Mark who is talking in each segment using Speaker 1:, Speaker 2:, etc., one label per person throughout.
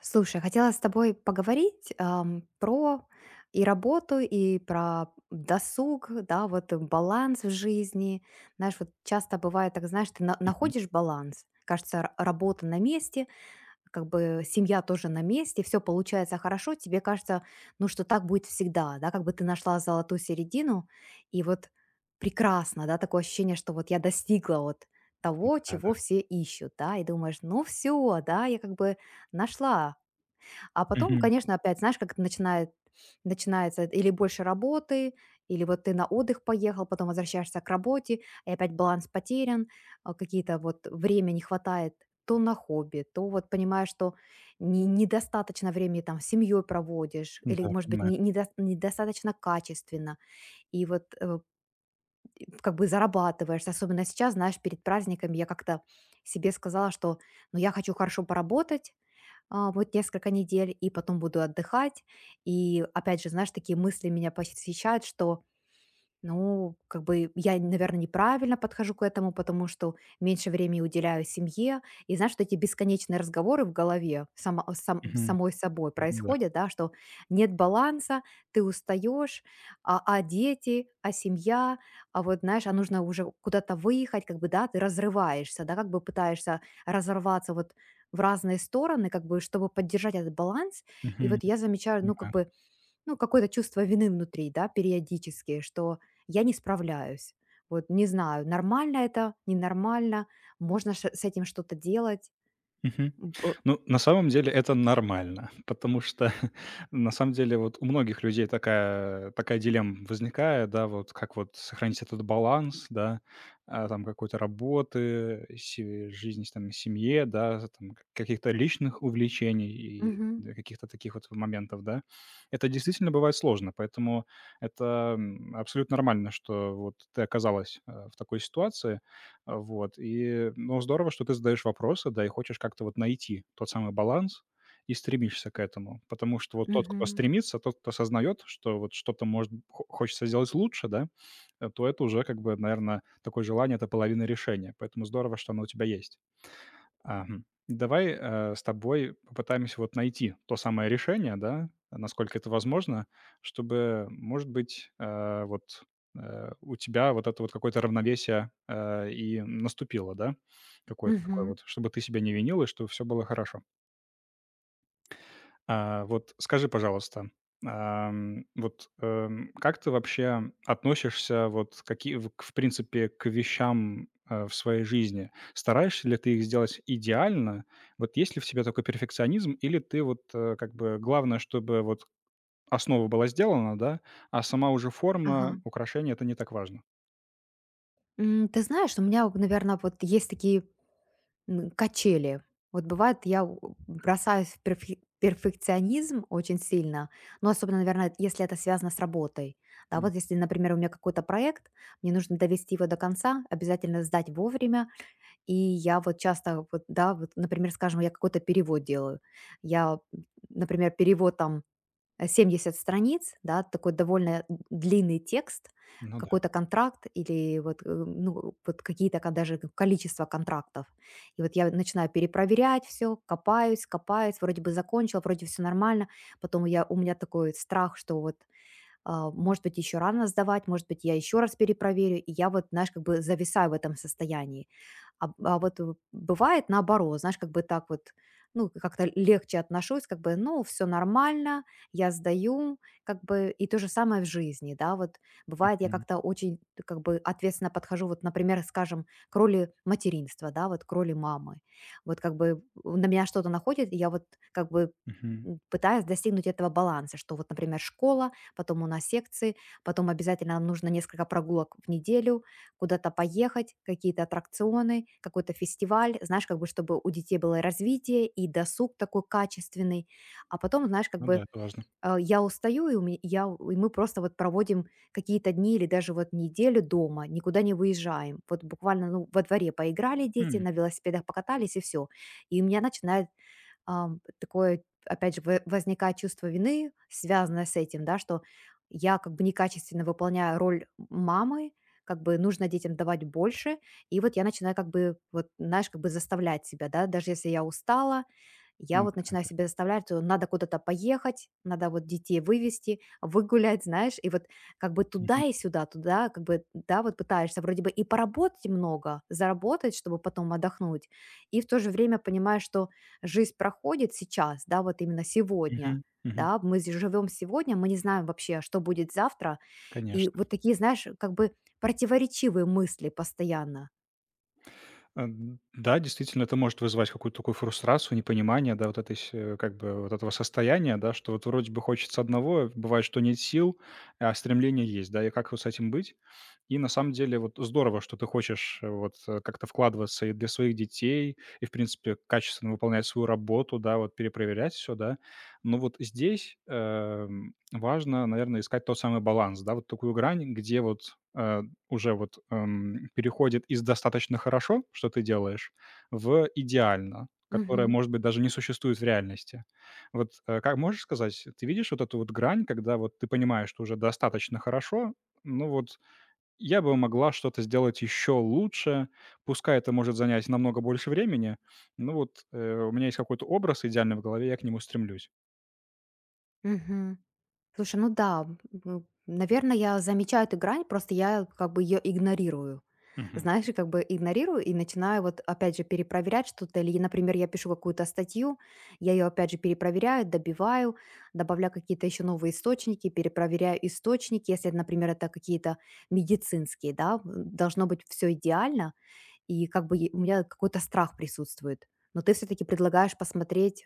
Speaker 1: Слушай, хотела с тобой поговорить про и работу, и про досуг, да, вот баланс в жизни. Знаешь, вот часто бывает так, знаешь, ты
Speaker 2: Мгм.
Speaker 1: находишь баланс, кажется, работа на месте, как бы семья тоже на месте, все получается хорошо, тебе кажется, ну, что так будет всегда, да, как бы ты нашла золотую середину, и вот прекрасно, да, такое ощущение, что вот я достигла вот того,
Speaker 2: Да-да.
Speaker 1: чего все ищут, да, и думаешь, ну все, да, я как бы нашла. А потом,
Speaker 2: Мгм.
Speaker 1: конечно, опять, знаешь, как это начинается или больше работы, или вот ты на отдых поехал, потом возвращаешься к работе, и опять баланс потерян, а какие-то вот время не хватает то на хобби, то вот понимаешь, что не, недостаточно времени там с семьей проводишь, или,
Speaker 2: Да,
Speaker 1: может быть,
Speaker 2: понимаю.
Speaker 1: не, недо- недостаточно качественно, и вот как бы зарабатываешь, особенно сейчас, знаешь, перед праздниками я как-то себе сказала, что ну, я хочу хорошо поработать, а вот несколько недель, и потом буду отдыхать. И опять же, знаешь, такие мысли меня посещают, что ну, как бы я, наверное, неправильно подхожу к этому, потому что меньше времени уделяю семье. И знаешь, что эти бесконечные разговоры в голове
Speaker 2: Мгм.
Speaker 1: самой собой
Speaker 2: Да.
Speaker 1: происходят, да, что нет баланса, ты устаешь, а дети, а семья, а вот, знаешь, а нужно уже куда-то выехать, как бы, да, ты разрываешься, да, как бы пытаешься разорваться вот в разные стороны, как бы, чтобы поддержать этот баланс. И
Speaker 2: Мгм.
Speaker 1: вот я замечаю, ну, как
Speaker 2: Понимаю.
Speaker 1: бы, ну, какое-то чувство вины внутри, да, периодически, что я не справляюсь. Вот не знаю, нормально это, ненормально, можно с этим что-то делать.
Speaker 2: Мгм.
Speaker 1: М, о-
Speaker 2: Ну, на самом деле это нормально, потому что на самом деле вот у многих людей такая дилемма возникает, да, вот как вот сохранить этот баланс, да, там какой-то работы, жизни там в семье, да, там каких-то личных увлечений и
Speaker 1: Мгм,
Speaker 2: для каких-то таких вот моментов, да. Это действительно бывает сложно, поэтому это абсолютно нормально, что вот ты оказалась в такой ситуации, вот, и, ну, здорово, что ты задаешь вопросы, да, и хочешь как-то вот найти тот самый баланс и стремишься к этому. Потому что вот тот, кто
Speaker 1: мгм,
Speaker 2: стремится, тот, кто осознает, что вот что-то может хо хочется сделать лучше, да, то это уже как бы, наверное, такое желание- это половина решения. Поэтому здорово, что оно у тебя есть. Ага. Давай, с тобой попытаемся вот найти то самое решение, да, насколько это возможно, чтобы, может быть, вот, у тебя вот это вот какое-то равновесие, и наступило, да? Какое-то такое
Speaker 1: мгм.
Speaker 2: вот, чтобы ты себя не винил и чтобы все было хорошо. Вот скажи, пожалуйста, вот, как ты вообще относишься вот какие в принципе к вещам, в своей жизни? Стараешься ли ты их сделать идеально? Вот есть ли в тебе такой перфекционизм, или ты вот, как бы главное, чтобы вот основа была сделана, да, а сама уже форма,
Speaker 1: Ага.
Speaker 2: украшение- это не так важно?
Speaker 1: Ты знаешь, у меня, наверное, вот есть такие качели. Вот бывает, я бросаюсь в перфекционизм очень сильно, но особенно, наверное, если это связано с работой. Да,
Speaker 2: М,
Speaker 1: вот если, например, у меня какой-то проект, мне нужно довести его до конца, обязательно сдать вовремя. И я вот часто вот, да, вот, например, скажем, я какой-то перевод делаю. Я, м, Например, перевод там 70 страниц, да, такой довольно длинный текст,
Speaker 2: ну да,
Speaker 1: какой-то контракт или вот, ну, вот какие-то даже количество контрактов. И вот я начинаю перепроверять все, копаюсь, копаюсь, вроде бы закончила, вроде все нормально. Потом я, у меня такой страх, что вот а, может быть, еще рано сдавать, может быть, я еще раз перепроверю, и я вот, знаешь, как бы зависаю в этом состоянии. Бывает наоборот, знаешь, как бы так вот, ну, как-то легче отношусь, как бы, ну, все нормально, я сдаю, как бы, и то же самое в жизни, да, вот бывает, я
Speaker 2: мгм,
Speaker 1: как-то очень, как бы, ответственно подхожу, вот, например, скажем, к роли материнства, да, вот к роли мамы, вот как бы на меня что-то находит, и я вот как бы
Speaker 2: мгм.
Speaker 1: пытаюсь достигнуть этого баланса, что вот, например, школа, потом у нас секции, потом обязательно нам нужно несколько прогулок в неделю, куда-то поехать, какие-то аттракционы, какой-то фестиваль, знаешь, как бы, чтобы у детей было развитие и досуг такой качественный. А потом, знаешь, как
Speaker 2: Ну
Speaker 1: бы
Speaker 2: да, это важно.
Speaker 1: я устаю, и, у ме- я, у- и мы просто вот проводим какие-то дни или даже вот неделю дома, никуда не выезжаем. Вот буквально ну, во дворе поиграли дети,
Speaker 2: М,
Speaker 1: на велосипедах покатались и все. И у меня начинает такое, опять же, в возникает чувство вины, связанное с этим, да, что я как бы некачественно выполняю роль мамы, как бы нужно детям давать больше. И вот я начинаю как бы, вот знаешь, как бы заставлять себя, да, даже если я устала, я
Speaker 2: м,
Speaker 1: вот
Speaker 2: да,
Speaker 1: начинаю себя
Speaker 2: да.
Speaker 1: заставлять, что надо куда-то поехать, надо вот детей вывести, выгулять, знаешь, и вот как бы туда
Speaker 2: Мгм,
Speaker 1: и сюда, туда, как бы, да, вот пытаешься вроде бы и поработать много, заработать, чтобы потом отдохнуть, и в то же время понимаешь, что жизнь проходит сейчас, да, вот именно сегодня,
Speaker 2: мгм, мгм.
Speaker 1: да, живем сегодня, мы не знаем вообще, что будет завтра, и
Speaker 2: Конечно.
Speaker 1: вот такие, знаешь, как бы противоречивые мысли постоянно.
Speaker 2: Э, да, действительно, это может вызывать какую-то такую фрустрацию, непонимание, да, вот этой, с- как бы, вот этого состояния, да, что вот вроде бы хочется одного, бывает, что нет сил, а стремление есть, да, и как вот с этим быть? И на самом деле вот здорово, что ты хочешь вот как-то вкладываться и для своих детей, и, в принципе, качественно выполнять свою работу, да, вот перепроверять все, да. Но вот здесь важно, наверное, искать тот самый баланс, да, вот такую грань, где вот э, уже вот, переходит из "достаточно хорошо", что ты делаешь, в "идеально", которое,
Speaker 1: Мгм.
Speaker 2: может быть, даже не существует в реальности. Вот, как можешь сказать, ты видишь вот эту вот грань, когда вот ты понимаешь, что уже достаточно хорошо, ну вот я бы могла что-то сделать еще лучше, пускай это может занять намного больше времени, ну вот, у меня есть какой-то образ идеальный в голове, я к нему стремлюсь.
Speaker 1: Мгм. Слушай, ну да, наверное, я замечаю эту грань, просто я как бы ее игнорирую.
Speaker 2: Мгм.
Speaker 1: Знаешь, и как бы игнорирую и начинаю вот опять же перепроверять что-то. Или, например, я пишу какую-то статью, я ее опять же перепроверяю, добиваю, добавляю какие-то еще новые источники, перепроверяю источники, если, например, это какие-то медицинские, да, должно быть все идеально, и как бы е у меня какой-то страх присутствует. Но ты все таки предлагаешь посмотреть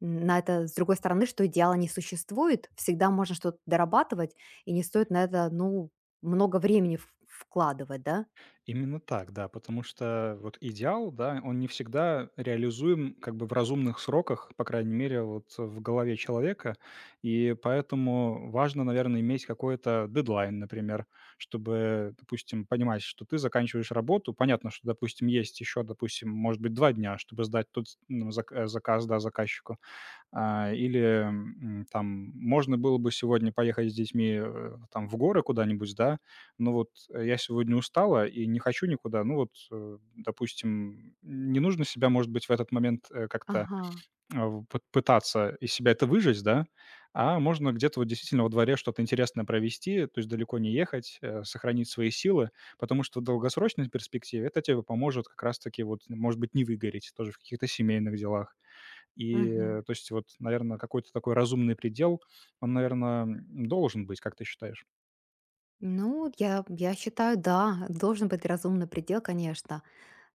Speaker 1: на это с другой стороны, что идеала не существует, всегда можно что-то дорабатывать, и не стоит на это, ну, много времени в вкладывать, да?
Speaker 2: Именно так, да, потому что вот идеал, да, он не всегда реализуем как бы в разумных сроках, по крайней мере, вот в голове человека, и поэтому важно, наверное, иметь какой-то дедлайн, например, чтобы, допустим, понимать, что ты заканчиваешь работу, понятно, что, допустим, есть еще, допустим, может быть, два дня, чтобы сдать тот, ну, зак- заказ, да, заказчику, или, там можно было бы сегодня поехать с детьми, там в горы куда-нибудь, да, но вот я сегодня устала и не хочу никуда. Ну вот, допустим, не нужно себя, может быть, в этот момент, как-то,
Speaker 1: Ага,
Speaker 2: в пы пытаться из себя это выжить, да, а можно где-то вот действительно во дворе что-то интересное провести, то есть далеко не ехать, сохранить свои силы, потому что в долгосрочной перспективе это тебе поможет как раз таки вот, может быть, не выгореть тоже в каких-то семейных делах. И,
Speaker 1: мгм.
Speaker 2: то есть вот, наверное, какой-то такой разумный предел, он, наверное, должен быть, как ты считаешь?
Speaker 1: Ну, я считаю, да, должен быть разумный предел, конечно.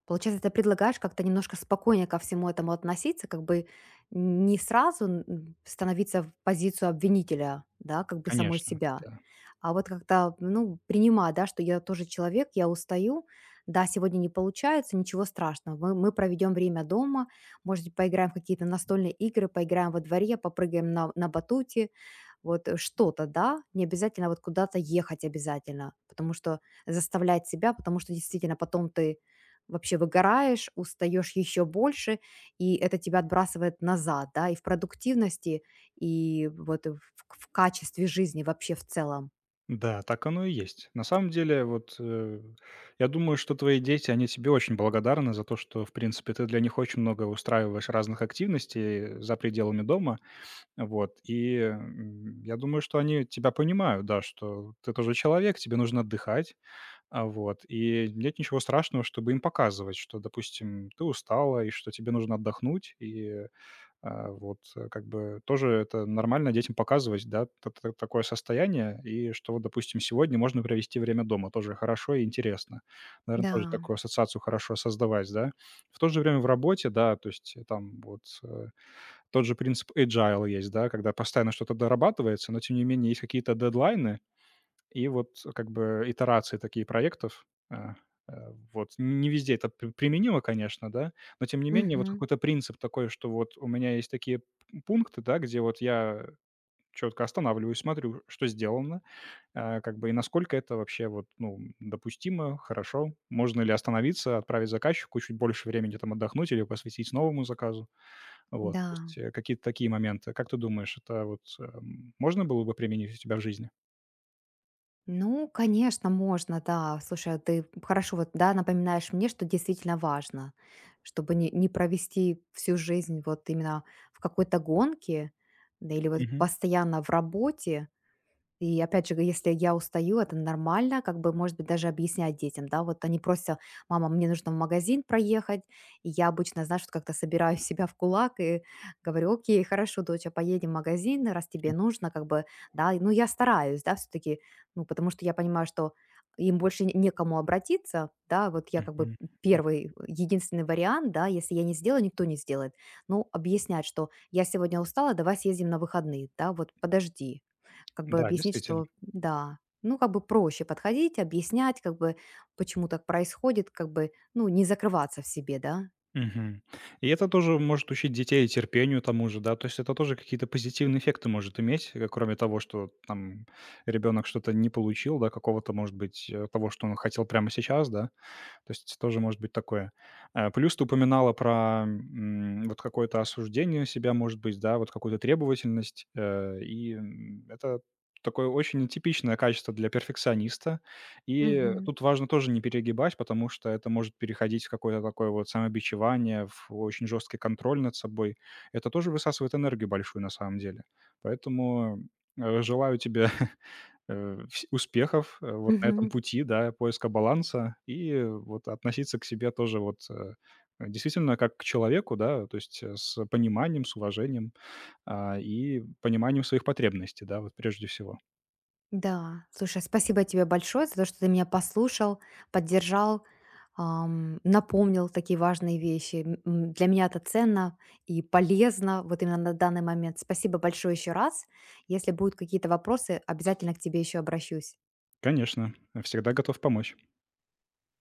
Speaker 1: Получается, ты предлагаешь как-то немножко спокойнее ко всему этому относиться, как бы не сразу становиться в позицию обвинителя, да, как бы самой
Speaker 2: Конечно,
Speaker 1: себя.
Speaker 2: да.
Speaker 1: А вот когда, ну, принимаю, да, что я тоже человек, я устаю, да, сегодня не получается, ничего страшного. Мы проведем время дома, может быть, поиграем в какие-то настольные игры, поиграем во дворе, попрыгаем на батуте, вот что-то, да, не обязательно вот куда-то ехать обязательно, потому что заставлять себя, потому что действительно потом ты вообще выгораешь, устаешь еще больше, и это тебя отбрасывает назад, да, и в продуктивности, и вот в качестве жизни вообще в целом.
Speaker 2: Да, так оно и есть. На самом деле, вот, я думаю, что твои дети, они тебе очень благодарны за то, что, в принципе, ты для них очень много устраиваешь разных активностей за пределами дома. Вот, и, м, я думаю, что они тебя понимают, да, что ты тоже человек, тебе нужно отдыхать. Вот. И нет ничего страшного, чтобы им показывать, что, допустим, ты устала и что тебе нужно отдохнуть. И, вот, как бы тоже это нормально детям показывать, да, т- т- такое состояние. И что вот, допустим, сегодня можно провести время дома. Тоже хорошо и интересно. Наверное, тоже
Speaker 1: Да,
Speaker 2: такую ассоциацию хорошо создавать, да. В то же время в работе, да, то есть там вот тот же принцип agile есть, да, когда постоянно что-то дорабатывается, но тем не менее есть какие-то дедлайны, и вот как бы итерации такие проектов, а, вот. Не везде это п применимо, конечно, да, но тем не менее вот
Speaker 1: мгм,
Speaker 2: какой-то принцип такой, что вот у меня есть такие п пункты, да, где вот я четко останавливаюсь, смотрю, что сделано, как бы и насколько это вообще вот, ну, допустимо, хорошо. Можно ли остановиться, отправить заказчику чуть больше времени там отдохнуть или посвятить новому заказу. Вот, то
Speaker 1: да.
Speaker 2: есть, какие-то такие моменты. Как ты думаешь, это вот, можно было бы применить у себя в жизни?
Speaker 1: Ну, конечно, можно, да. Слушай, а ты хорошо вот, да, напоминаешь мне, что действительно важно, чтобы не провести всю жизнь вот именно в какой-то гонке, да, или вот
Speaker 2: Мгм.
Speaker 1: постоянно в работе. И опять же, если я устаю, это нормально, как бы, может быть, даже объяснять детям, да, вот они просят, мама, мне нужно в магазин проехать, и я обычно, знаешь, вот как-то собираю себя в кулак и говорю, окей, хорошо, доча, поедем в магазин, раз тебе нужно, как бы, да, ну, я стараюсь, да, все-таки, ну, потому что я понимаю, что им больше некому обратиться, да, вот я как бы
Speaker 2: Мгм. Да.
Speaker 1: первый, единственный вариант, да, если я не сделаю, никто не сделает. Ну, объяснять, что я сегодня устала, давай съездим на выходные, да, вот подожди, как бы
Speaker 2: Да,
Speaker 1: объяснить,
Speaker 2: действительно.
Speaker 1: что да, ну, как бы проще подходить, объяснять, как бы, почему так происходит, как бы, ну, не закрываться в себе, да.
Speaker 2: Мгм. И это тоже может учить детей терпению тому же, да. То есть это тоже какие-то позитивные эффекты может иметь, кроме того, что там ребенок что-то не получил, да, какого-то, может быть, того, что он хотел прямо сейчас, да. То есть тоже может быть такое. Плюс ты упоминала про, вот какое-то осуждение себя, может быть, да, вот какую-то требовательность. И, это такое очень нетипичное качество для перфекциониста. И
Speaker 1: Мгм.
Speaker 2: тут важно тоже не перегибать, потому что это может переходить в какое-то такое вот самобичевание, в очень жесткий контроль над собой. Это тоже высасывает энергию большую на самом деле. Поэтому, желаю тебе вс успехов, вот на этом
Speaker 1: Мгм.
Speaker 2: пути, да, поиска баланса. И вот относиться к себе тоже вот, действительно как к человеку, да, то есть, с пониманием, с уважением, и пониманием своих потребностей, да, вот прежде всего.
Speaker 1: Да, слушай, спасибо тебе большое за то, что ты меня послушал, поддержал, напомнил такие важные вещи. Для меня это ценно и полезно вот именно на данный момент. Спасибо большое еще раз. Если будут какие-то вопросы, обязательно к тебе еще обращусь.
Speaker 2: Конечно, всегда готов помочь.